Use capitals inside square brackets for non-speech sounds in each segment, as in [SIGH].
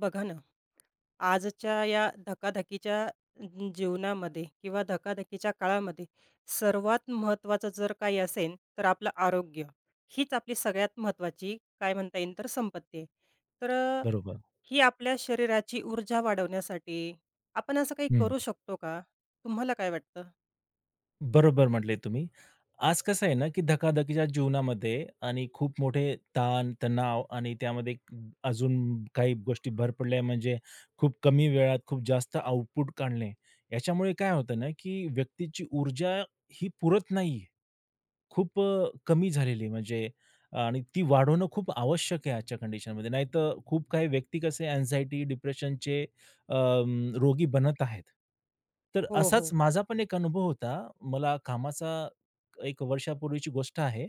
बघा ना, आजच्या या धकाधकीच्या जीवनामध्ये किंवा धकाधकीच्या काळामध्ये सर्वात महत्त्वाचं जर काही असेल, तर आपलं आरोग्य. हीच आपली सगळ्यात महत्त्वाची काय म्हणता येईल तर संपत्ती आहे. तर अ, बरोबर. ही आपल्या शरीराची ऊर्जा वाढवण्यासाठी आपण असं काही हं. करू शकतो का? तुम्हाला काय वाटतं? बरोबर म्हटले तुम्ही. आज कसं आहे ना, की धकाधकीच्या जीवनामध्ये आणि खूप मोठे ताण, तणाव आणि त्यामध्ये अजून काही गोष्टी भर पडल्या म्हणजे खूप कमी वेळात खूप जास्त आउटपुट काढणे. याच्यामुळे काय होतं ना, की व्यक्तीची ऊर्जा ही पुरत नाही. खूप कमी झालेली आहे, म्हणजे आणि ती वाढवणं खूप आवश्यक आहे आजच्या कंडिशनमध्ये. नाहीतर खूप काही व्यक्ती कसे अँक्झायटी, डिप्रेशनचे रोगी बनत आहेत. तर हो, असाच हो. माझा पण एक अनुभव होता. मला कामाचा एक वर्षापूर्वीची गोष्ट आहे.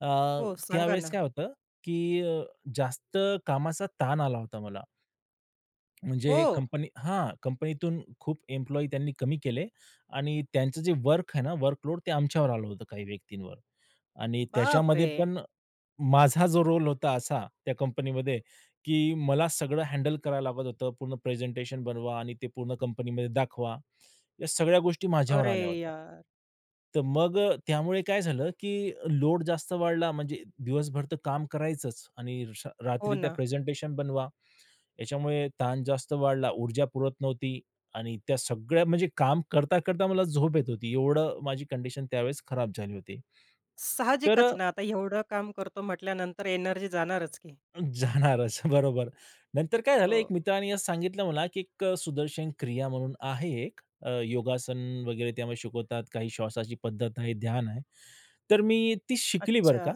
अ, हो, सांगा त्यावेळेस ना. काय होतं, की जास्त कामाचा ताण आला होता मला. हो. म्हणजे कंपनीतून खूप एम्प्लॉयी त्यांनी कमी केले आणि त्यांचं जे वर्क आहे ना, वर्कलोड ते आमच्यावर आलं होतं काही व्यक्तींवर आणि त्याच्यामध्ये बापरे! पण माझा जो रोल होता असा त्या कंपनीमध्ये, की मला सगळं हँडल करायला लागत होतं. पूर्ण प्रेझेंटेशन बनवा आणि ते पूर्ण कंपनीमध्ये दाखवा. या सगळ्या गोष्टी माझ्यावर अरे आल्या होत्या. यार! तर मग त्यामुळे काय झालं, की लोड जास्त वाढला म्हणजे दिवसभर तर काम करायचंच आणि हो रात्री त्या ना. प्रेझेंटेशन बनवा. याच्यामुळे ताण जास्त वाढला, ऊर्जा पुरत नव्हती आणि त्या सगळ्या म्हणजे काम करता-करता मला झोप येत होती. एवढं माझी कंडिशन त्यावेळेस खराब झाली होती. साहजिकच तर ना, आता एवढं काम करतो म्हटल्यानंतर एनर्जी जाणारच की. जाणारच. [LAUGHS] बरोबर. नंतर काय झालं, एक हो. मित्राने असं सांगितलं मला, की एक सुदर्शन क्रिया म्हणून आहे एक योगासन वगैरे त्यामध्ये शिकवतात. काही श्वासाची पद्धत आहे, ध्यान आहे. तर मी ती शिकली बरं अच्छा. का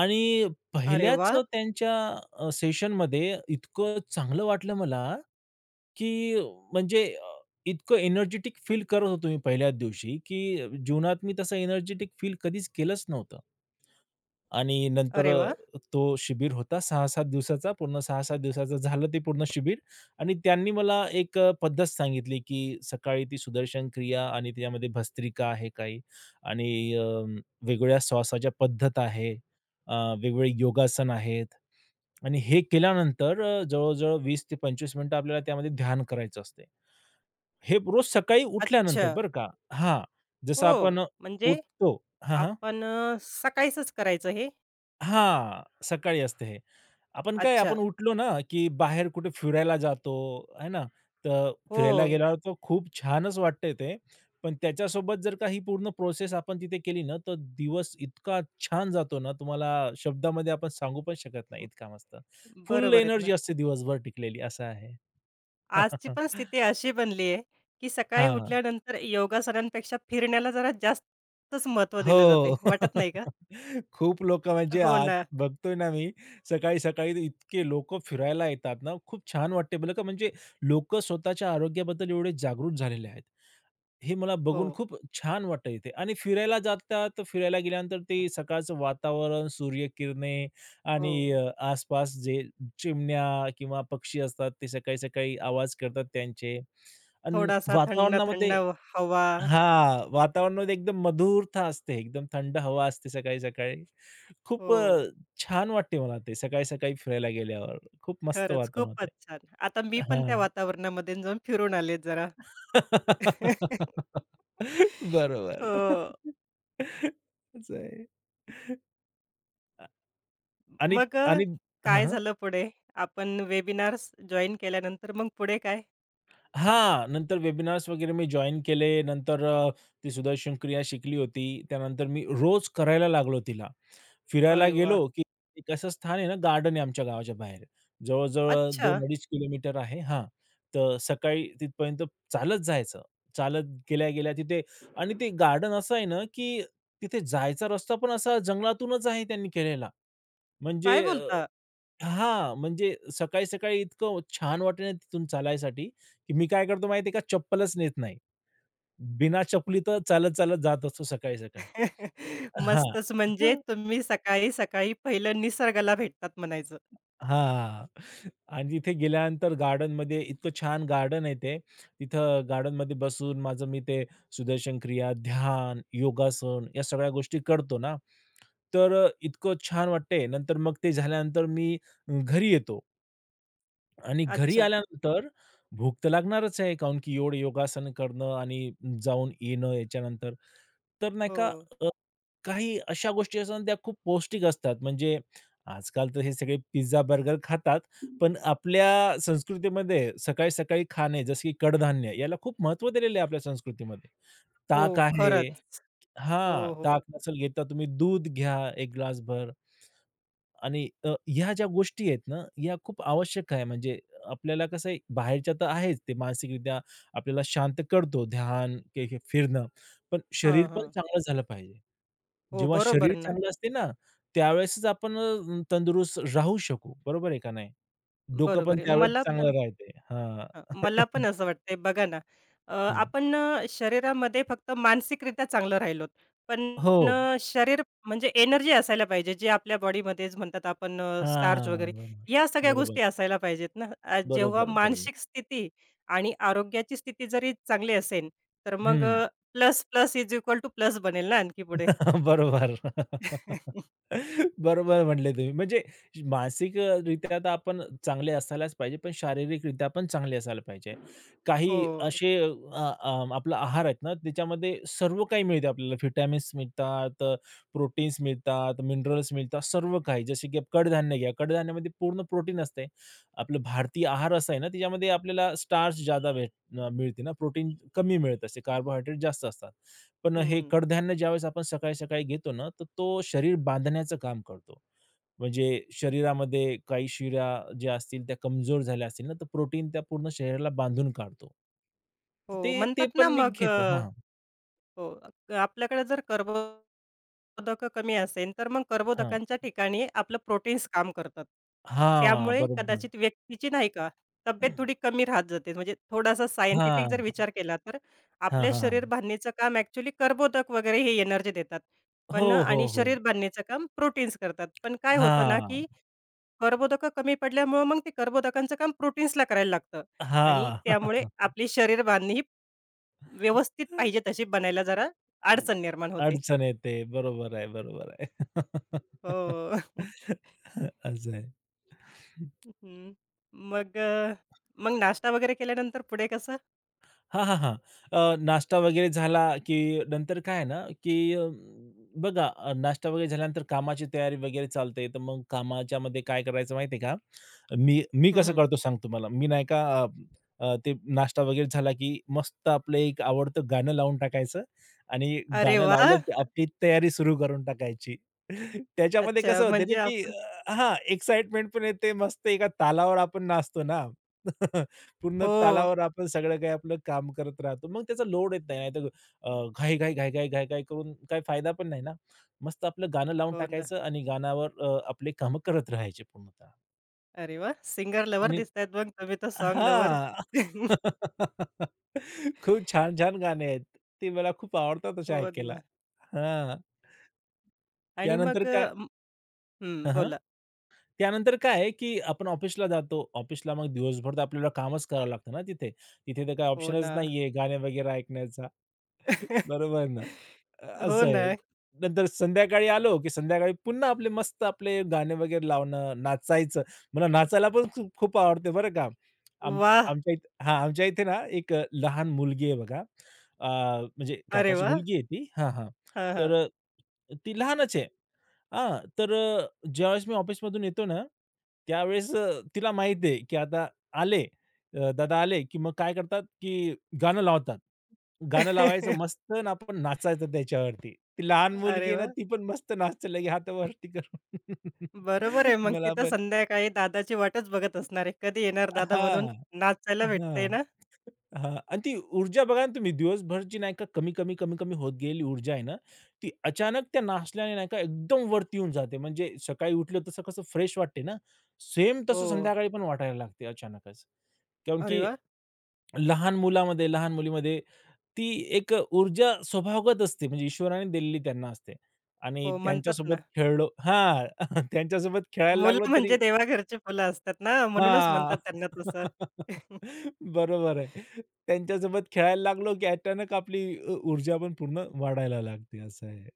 आणि अरे पहिल्याच वाह! त्यांच्या सेशनमध्ये इतकं चांगलं वाटलं मला, की म्हणजे इतकं एनर्जेटिक फील करत होतो मी पहिल्याच दिवशी, की जीवनात मी तसं एनर्जेटिक फील कधीच केलंच नव्हतं. आणि नंतर अरे वाह! तो शिबिर होता 6-7 दिवसाचा. पूर्ण 6-7 दिवसाचं झालं ते पूर्ण शिबिर आणि त्यांनी मला एक पद्धत सांगितली, की सकाळी ती सुदर्शन क्रिया आणि त्याच्यामध्ये भस्त्रिका आहे काही आणि वेगवेगळ्या श्वासाच्या पद्धत आहे. अ, वेगवेगळे योगासन आहेत आणि हे केल्यानंतर जवळ-जवळ 20 ते 25 मिनिटं आपल्याला त्यामध्ये ध्यान करायचं असते. हे रोज सकाळी अच्छा. उठल्यानंतर बरं का. हां, जसं हो. आपण म्हणजे उठतो हां, हां. आपण सकाळीचच करायचं हे? हां, सकाळी असते हे. आपण काय अच्छा. आपण उठलो ना, की बाहेर कुठे फिरायला जातो, है ना? तर हो. फिरायला गेल्यावर तर खूप छानच वाटतंय ते. पण त्याच्यासोबत जर का ही पूर्ण प्रोसेस आपण तिथे केली ना, तर दिवस इतका छान जातो ना, तुम्हाला शब्दामध्ये आपण सांगू पण शकत नाही, इतका मस्त. फुल बरोबर आहेत ना. एनर्जी असते दिवसभर टिकलेली, असं आहे. आजची पण स्थिती [LAUGHS] अशी बनली आहे, की सकाळी हां. उठल्यानंतर योगासनांपेक्षा फिरण्याला जरा जास्तच महत्त्व दिलं जातंय. हो. वाटत नाही का? [LAUGHS] खूप लोकं म्हणजे हो आज ना. बघतोय ना मी, सकाळी-सकाळी इतके लोकं फिरायला येतात ना, खूप छान वाटते मला का म्हणजे लोकं स्वतःच्या आरोग्याबद्दल एवढे जागरूक झालेले आहेत. हे मला हो, बघून खूप छान वाटतं इथे आणि फिरायला जातात, तर फिरायला गेल्यानंतर ते सकाळचं वातावरण, सूर्यकिरणे हो. आणि आसपास जे चिमण्या किंवा पक्षी असतात, ते सकाळी-सकाळी आवाज करतात त्यांचे. अन् थोडासा थंड-थंड वातावरणामध्ये हवा. हां, वातावरण एकदम मधुरता असते. एकदम थंड हवा असते सकाळी-सकाळी. खूप हो. छान वाटते मला ते सकाळी-सकाळी फिरायला गेल्यावर. खूप मस्त खरंच वातावरण होते. खूपच छान. आता मी पण हां. त्या वातावरणामध्ये जाऊन फिरून आले जरा. [LAUGHS] [LAUGHS] बरोबर. हो. [LAUGHS] असं आहे. आणि मग अ, आणि हां, काय हां. झालं पुढे? आपण वेबिनार्स जॉइन केल्यानंतर मग पुढे काय? हां, नंतर वेबिनार्स वगैरे मी जॉइन केले. नंतर ती सुदर्शन क्रिया शिकली होती. त्यानंतर मी रोज करायला लागलो तिला. फिरायला अरे वाह! गेलो, की एक असं स्थान आहे ना, गार्डन आहे आमच्या गावाच्या बाहेर. जवळ-जवळ अच्छा, 2 किलोमीटर आहे. हां, तर सकाळी तिथपर्यंत चालत जायचं. चालत गेल्या-गेल्या तिथे आणि ते गार्डन असं आहे ना, की तिथे जायचा रस्ता पण असा जंगलातूनच आहे त्यांनी केलेला. म्हणजे काय बोलता? म्हणजे सकाळी-सकाळी इतकं छान वाटे ना तिथून चालायसाठी, की मी काय करतो माहिती आहे का? चप्पलच नेत नाही. बिना चपली तर चालत-चालत जात असतो सकाळी-सकाळी. [LAUGHS] हां. मस्तच म्हणजे तुम्ही सकाळी, सकाळी पहिलं निसर्गाला भेटतात म्हणायचं. हां. आणि तिथे गेल्यानंतर गार्डनमध्ये इतकं छान गार्डन आहे ते. तिथं गार्डनमध्ये बसून मी ते सुदर्शन क्रिया, ध्यान, योगासन या सगळ्या गोष्टी करतो ना, तर इतकं छान वाटते. नंतर मग ते झाल्यानंतर मी घरी येतो. आणि घरी अच्छा. आल्यानंतर भूक तर लागणारच आहे, काहून की एवढं योगासन करणं आणि जाऊन येणं याच्यानंतर. तर नाही हो, का अ, काही अशा गोष्टी असतात त्या खूप पौष्टिक असतात. म्हणजे आजकाल तर हे सगळे पिझ्झा, बर्गर खातात, पण आपल्या संस्कृतीमध्ये सकाळी-सकाळी खाणे जसे की कडधान्य याला खूप महत्त्व दिलेलं आहे आपल्या संस्कृतीमध्ये. हो. ताक आहे बरोबर. खरंच. हो, हो. ताक नसेल घेता तुम्ही दूध घ्या 1 ग्लासभर आणि ह्या ज्या गोष्टी आहेत ना, या खूप आवश्यक आहे. म्हणजे आपल्याला कसं आहे, बाहेरच्या तर आहेच ते मानसिकरित्या आपल्याला शांत करतो ध्यान, के के फिरणं. पण हां, शरीर पण हां. चांगलं झालं पाहिजे. हो, जेव्हा शरीर बरोबर ना. चांगलं असते ना, त्यावेळेसच आपण तंदुरुस्त राहू शकू. बरोबर आहे का नाही? डोकं बरोबर पण आहे. त्यावेळेस मला चांगलं पण राहते. हां. हं, हं. मला पण [LAUGHS] असं वाटतंय. बघा ना, अ, आपण शरीरामध्ये फक्त मानसिकरित्या चांगलं राहिलोत, पण हो. शरीर म्हणजे एनर्जी असायला पाहिजे, जे आपल्या बॉडीमध्येच म्हणतात आपण स्टार्च वगैरे, हां. या सगळ्या गोष्टी बरोबर. असायला पाहिजेत ना. जेव्हा बरोबर, बरोबर, बरोबर. मानसिक स्थिती आणि आरोग्याची स्थिती जरी चांगली असेल, तर मग हं. Plus, plus is equal to plus बनेल ना आणखी पुढे. [LAUGHS] बरोबर. [LAUGHS] [LAUGHS] बरोबर म्हटले तुम्ही. म्हणजे मानसिकरित्या तर आपण चांगले असायलाच पाहिजे, पण शारीरिकरित्या पण चांगले असायला पाहिजे. हो. काही असे अ, अ, आपला आहार आहेत ना, त्याच्यामध्ये सर्व काही मिळते आपल्याला. व्हिटॅमिन्स मिळतात, प्रोटीन्स मिळतात, मिनरल्स मिळतात, सर्व काही. जसे की कडधान्य घ्या, कडधान्यामध्ये पूर्ण प्रोटीन असते. आपलं भारतीय आहार असा आहे ना, त्याच्यामध्ये आपल्याला स्टार्च जादा मिळते ना, प्रोटीन कमी मिळत असते, कार्बोहायड्रेट जास्त असतात. पण हं, हे हं. कडधान्य ज्यावेळेस आपण सकाळी-सकाळी घेतो ना, तर तो शरीर बांधण्याचं काम करतो. म्हणजे शरीरामध्ये काही शिरा ज्या असतील त्या कमजोर झाल्या असतील ना, तर प्रोटीन त्या पूर्ण शरीराला बांधून काढतो. तर हो, ते ते म्हणतात ना पण मी मग अ घेतो. हां, हो. अ, आपल्याकडे जर कर्बोदकं कमी असेल, तर मग हां. कर्बोदकांच्या ठिकाणी आपलं प्रोटीन्स काम करतात. हां, त्यामुळे बरोबर. कदाचित व्यक्तीची नाही का, तब्येत थोडी कमी राहत जाते. म्हणजे थोडासा सायंटिफिक जर हां, विचार केला, तर हां, आपल्या हां, शरीर हां. बांधणीचं काम ॲक्चुअली कर्बोदक वगैरे हे एनर्जी देतात. हो, पण आणि हो, हो. शरीर बांधणीचं काम प्रोटीन्स करतात. पण काय होतं ना, हां, की कर्बोदकं कमी पडल्यामुळं मग ते कर्बोदकांचं काम प्रोटीन्सला करायला लागतं आणि हां. त्यामुळे [LAUGHS] आपली शरीर बांधणी ही व्यवस्थित पाहिजे तशी बनायला जरा अडचण निर्माण होते. अडचण येते. बरोबर आहे, बरोबर आहे. [LAUGHS] हो. [LAUGHS] असं आहे. हं. मग अ, मग नाश्ता वगैरे केल्यानंतर पुढे कसं? हां, हां, हां. नाश्ता वगैरे झाला, की नंतर काय आहे ना, की बघा नाश्ता वगैरे झाल्यानंतर कामाची तयारी वगैरे चालते. तर मग कामाच्यामध्ये काय करायचं माहिती आहे का? मी मी हं, कसं हं. करतो सांगतो तुम्हाला. मी नाही का अ, अ, ते नाश्ता वगैरे झाला, की मस्त आपलं एक आवडतं गाणं लावून टाकायचं आणि अरे गाणं वा.. लावलं, की आपली तयारी सुरू करून टाकायची. [LAUGHS] त्याच्यामध्ये अच्छा कसं होते ना, म्हणजे की आपण एक्साइटमेंट पण येते. मस्त एका तालावर आपण नाचतो ना. [LAUGHS] पूर्ण हो, तालावर आपण सगळं काही आपलं काम करत राहतो. मग त्याचा लोड येत नाही. नाहीतर अ, घाई-घाई, घाई-घाई, घाई-घाई करून काही फायदा पण नाही ना. मस्त आपलं गाणं लावून हो ना. टाकायचं आणि गाण्यावर आपले कामं करत राहायचे पूर्णतः अरे वा.. सिंगर लवर आणि दिसतायत मग तुम्ही तर सॉन्ग लव्हर. हां. [LAUGHS] [LAUGHS] खूप छान-छान गाणे आहेत. ते मला खूप आवडतात असे हो ऐकायला. ना हां. आणि त्यानंतर काय हं, हां, हां. बोला. त्यानंतर काय आहे, की आपण ऑफिसला जातो. ऑफिसला मग दिवसभर तर आपल्याला कामच करावं लागतं ना तिथे. तिथे तर काही हो ना. ऑप्शनच नाहीये गाणे वगैरे ऐकण्याचा. [LAUGHS] बरोबर ना. हो असं ना. आहे. नंतर संध्याकाळी आलो, की संध्याकाळी पुन्हा आपले मस्त आपले गाणे वगैरे लावणं, नाचायचं. मला नाचायला पण खूप खूप आवडते बरं का. आम वाह! आमच्या इथे हां, आमच्या इथे ना एक लहान मुलगी आहे बघा. अ, म्हणजे अरे काकाची वाह! मुलगी आहे ती हां, हां. हां, हां. तर ती लहानच आहे. हां, तर ज्यावेळेस मी ऑफिसमधून येतो ना, त्यावेळेस तिला माहीत आहे, की आता आले दादा आले, की मग काय करतात, की गाणं लावतात. गाणं लावायचं [LAUGHS] मस्त आणि आपण नाचायचं त्याच्यावरती. ती लहान मुलगी अरे आहे ना, वाह! ती पण मस्त नाचते लगे हातावरती करून. [LAUGHS] बरोबर आहे. मग मला तिथं पण संध्याकाळी दादाची वाटच बघत असणार आहे. कधी येणार दादा म्हणून हां, नाचायला भेटतंय हां. ना? हां. आणि ती ऊर्जा बघा ना तुम्ही दिवसभर जी नाही का कमी, कमी, कमी, कमी होत गेलेली ऊर्जा आहे ना, ती अचानक त्या नाश्त्याने नाही का एकदम वरती येऊन जाते. म्हणजे सकाळी उठलं तसं कसं फ्रेश वाटते ना, सेम हो. तसं संध्याकाळी पण वाटायला लागते अचानकच. कारण अरे की वाह! लहान मुलामध्ये, लहान मुलीमध्ये ती एक ऊर्जा स्वभावगत असते. म्हणजे ईश्वराने दिलेली त्यांना असते आणि हो, म्हणतात ना, त्यांच्यासोबत खेळलो हां. [LAUGHS] त्यांच्यासोबत खेळायला लागलो मुलं म्हणजे तरी देवाघरची फुलं असतात ना, म्हणूनच हां. म्हणतात त्यांना तसं. [LAUGHS] बरोबर आहे. त्यांच्यासोबत खेळायला लागलो, की अचानक आपली ऊर्जा पण पूर्ण वाढायला लागते असं आहे.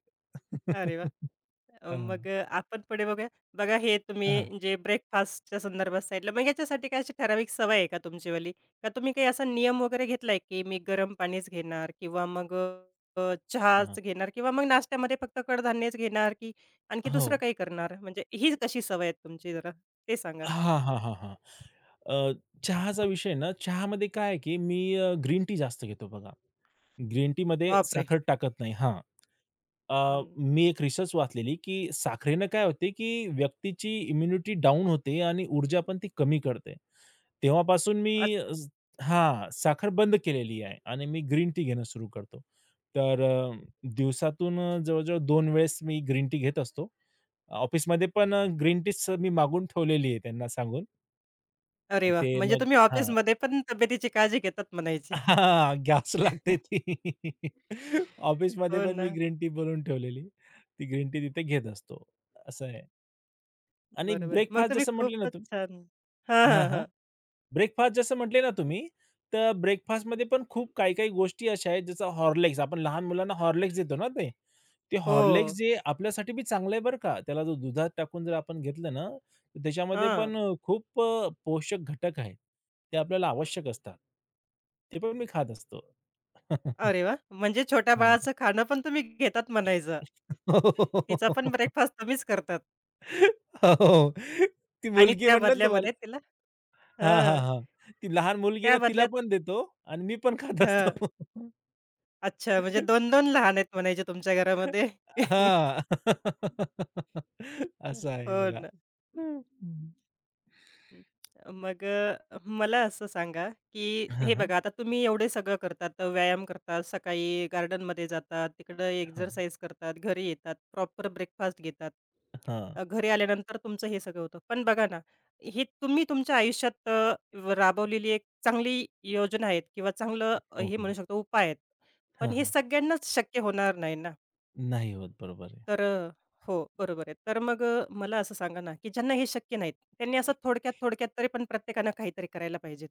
अरे वा, [LAUGHS] हां. आपण पुढे बघूया. बघा हे हां, हां. तुम्ही जे ब्रेकफास्टच्या संदर्भात सांगितलं, मग याच्यासाठी काय अशी ठराविक सवय आहे का तुमचीवाली? का तुम्ही काही असा नियम वगैरे घेतलाय, की मी गरम पाणीच घेणार किंवा मग अ, हां, चहाच हां. घेणार किंवा मग नाश्त्यामध्ये फक्त कडधान्यच घेणार, की आणखी हो. दुसरं काही करणार? म्हणजे ही कशी सवय आहे तुमची जरा ते सांगा? हां, हां, हां, हां. अ, चहाचा विषय ना, चहामध्ये काय आहे, की मी ग्रीन टी जास्त घेतो बघा. ग्रीन टीमध्ये बापरे! साखर टाकत नाही. हां. अ, हं. मी एक रिसर्च वाचलेली, की साखरेनं काय होते, की व्यक्तीची इम्युनिटी डाऊन होते आणि ऊर्जा पण ती कमी करते. तेव्हापासून मी अच साखर बंद केलेली आहे आणि मी ग्रीन टी घेणं सुरू करतो. तर दिवसातून जवळ-जवळ दोन वेळेस मी ग्रीन टी घेत असतो. ऑफिसमध्ये पण ग्रीन टीच मी मागून ठेवलेली आहे त्यांना सांगून. अरे वाह! ते म्हणजे मग तुम्ही हां, ऑफिसमध्ये पण तब्येतीची काळजी घेतात [LAUGHS] म्हणायची. हां, घ्यावच लागते ती. [LAUGHS] ऑफिसमध्ये हो पण ना. मी ग्रीन टी बनवून ठेवलेली. ती ग्रीन टी तिथे घेत असतो. असं आहे आणि बरोबर. मग तुम्ही खूपच छान. हां, हां, हां. ब्रेकफास्ट जसं म्हटले ना तुम्ही, तर ब्रेकफास्टमध्ये पण खूप काही-काही गोष्टी अशा आहेत, जसं हॉर्लिक्स आपण लहान मुलांना हॉर्लिक्स देतो ना ते. ते हॉर्लिक्स हो. जे आपल्यासाठी बी चांगलं आहे बरं का. त्याला जर दुधात टाकून जर आपण घेतलं ना, तर त्याच्यामध्ये हां. पण खूप पोषक घटक आहेत. ते आपल्याला आवश्यक असतात. ते पण मी खात असतो. [LAUGHS] अरे वाह! म्हणजे छोट्या हां. बाळाचं खाणं पण तुम्ही घेतात म्हणायचं. तिचा हो. पण ब्रेकफास्ट तुम्हीच करतात हो. ती आणि मुलगी त्या म्हटलं ना तुम्हाला. बदल्यामध्ये तिला हां, हां, हं. हां. ती लहान मुलगी त्या ना तिला बदल्यात पण देतो आणि मी पण खात असतो. हं. अच्छा म्हणजे दोन-दोन लहान आहेत म्हणायचे तुमच्या घरामध्ये. [LAUGHS] हां. [LAUGHS] असं आहे हो बघा. ना. हं. हं. हं. मला असं सांगा, की हां, हे हां. बघा आता तुम्ही एवढे सगळं करतात, व्यायाम करतात, सकाळी गार्डनमध्ये जातात, तिकडं हां. एक्सरसाइज करतात, घरी येतात, प्रॉपर ब्रेकफास्ट घेतात. हां. घरी आल्यानंतर तुमचं हे सगळं होतं. पण बघा ना, हे तुम्ही तुमच्या आयुष्यात व राबवलेली एक चांगली योजना आहेत किंवा चांगलं हो, हे म्हणू हो. शकतो उपाय आहेत. पण हां, हे हां. सगळ्यांनाच शक्य होणार नाही ना. नाही होत बरोबर तर अ, हो, बरोबर आहे. तर मग मला असं सांगा ना, की ज्यांना हे शक्य नाहीत, त्यांनी असं थोडक्यात-थोडक्यात तरी पण प्रत्येकानं काहीतरी करायला पाहिजेत.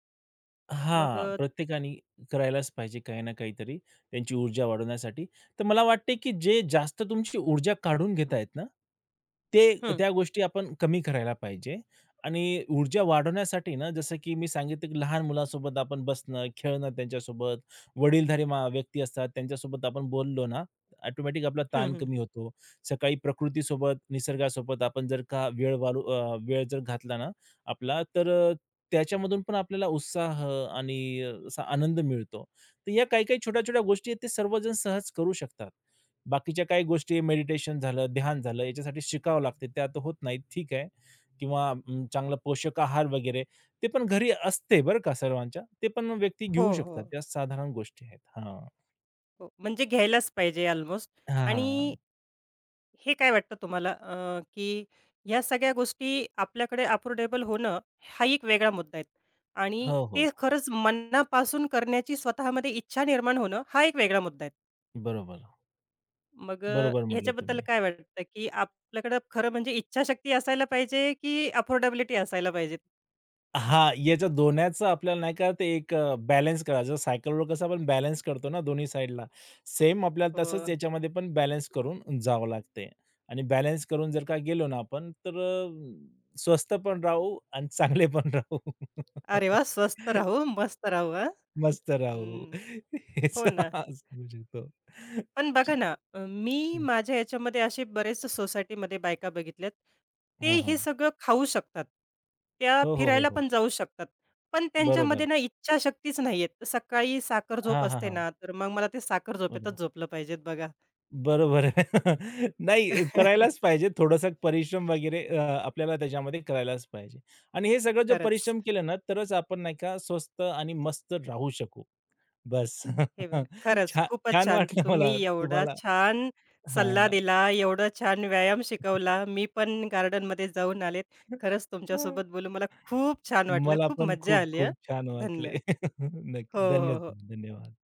मग हां, अ, प्रत्येकाने करायलाच पाहिजे काही ना काहीतरी त्यांची ऊर्जा वाढवण्यासाठी. तर मला वाटते, की जे जास्त तुमची ऊर्जा काढून घेत आहेत ना, ते हं, त्या गोष्टी आपण कमी करायला पाहिजे आणि ऊर्जा वाढवण्यासाठी ना, जसं की मी सांगितलं, की लहान मुलांसोबत आपण बसणं, खेळणं त्यांच्यासोबत, वडीलधारी व्यक्ती असतात त्यांच्यासोबत आपण बोललो ना, ऑटोमॅटिक आपला हं, ताण हं. कमी होतो. सकाळी प्रकृतीसोबत, निसर्गासोबत आपण जर का वेळ जर घातला ना, आपला, तर त्याच्यामधून पण आपल्याला उत्साह आणि असा आनंद मिळतो. तर या काही-काही छोट्या-छोट्या गोष्टी आहेत, ते सर्वजण सहज करू शकतात. बाकीच्या काही गोष्टी मेडिटेशन झालं, ध्यान झालं, याच्यासाठी शिकावं लागते, त्या तर होत नाहीत, ठीक आहे. किंवा चांगला पोषक आहार वगैरे, ते पण घरी असते बरं का सर्वांच्या. ते पण व्यक्ती हो, घेऊ हो, शकतात, त्या साधारण गोष्टी आहेत. हां. हो. म्हणजे घ्यायलाच पाहिजे अल्मोस्ट. हां, आणि हां, हे काय वाटतं तुम्हाला, की ह्या सगळ्या गोष्टी आपल्याकडे अफोर्डेबल होणं हा एक वेगळा मुद्दा आहे. आणि हो, हो. ते खरंच मनापासून करण्याची स्वतःमध्ये इच्छा निर्माण होणं हा एक वेगळा मुद्दा आहे. बरोबर. बरोबर म्हटले ह्याच्याबद्दल तुम्ही. काय वाटतं, की आपल्याकडं खरं म्हणजे इच्छाशक्ती असायला पाहिजे, की अफोर्डेबिलिटी असायला पाहिजे? हां, याच्या दोन्हीचं आपल्याला नाही का ते एक बॅलन्स करायचं. सायकलवर कसं आपण बॅलन्स करतो ना दोन्ही साइडला, सेम आपल्याला तसंच हो. याच्यामध्ये पण बॅलन्स करून जावं लागते. आणि बॅलन्स करून जर का गेलो ना आपण, तर स्वस्त पण राहू आणि चांगले पण राहू. अरे वाह! स्वस्त राहू, [LAUGHS] मस्त राहू हां. मस्त राहू. हं, [LAUGHS] हेच हो ना. असू शकतो. पण बघा ना, मी हं, माझ्या ह्याच्यामध्ये असे बरेच सोसायटीमध्ये बायका बघितल्यात. ते हां, हे सगळं खाऊ शकतात. त्या हो, हो, हो, फिरायला हो. पण जाऊ शकतात. पण त्यांच्यामध्ये बरोबर. ना इच्छाशक्तीच नाहीये. सकाळी साखर झोप हां, हां, असते हां. ना, तर मग मला ते साखर झोपेतच झोपलं पाहिजेत बघा. बरोबर आहे. [LAUGHS] नाही करायलाच [LAUGHS] पाहिजे. थोडासा परिश्रम वगैरे आपल्याला त्याच्यामध्ये करायलाच पाहिजे. आणि हे सगळं जर खरंच. परिश्रम केलं ना, तरच आपण नाही का स्वस्त आणि मस्त राहू शकू. बस. हे बघा, [LAUGHS] खरंच छान खूपच छान छान. वाटलं तुम्ही मला एवढा तुम्हाला छान सल्ला हां. दिला, एवढा छान व्यायाम शिकवला. मी पण गार्डनमध्ये जाऊन आले. खरंच तुमच्यासोबत बोलून मला खूप छान वाटलं. मला खूप पण मज्जा खूप आली हं. खूप छान वाटले. धन्यवाद. [LAUGHS] हो, नक्की. हो, हो. धन्यवाद.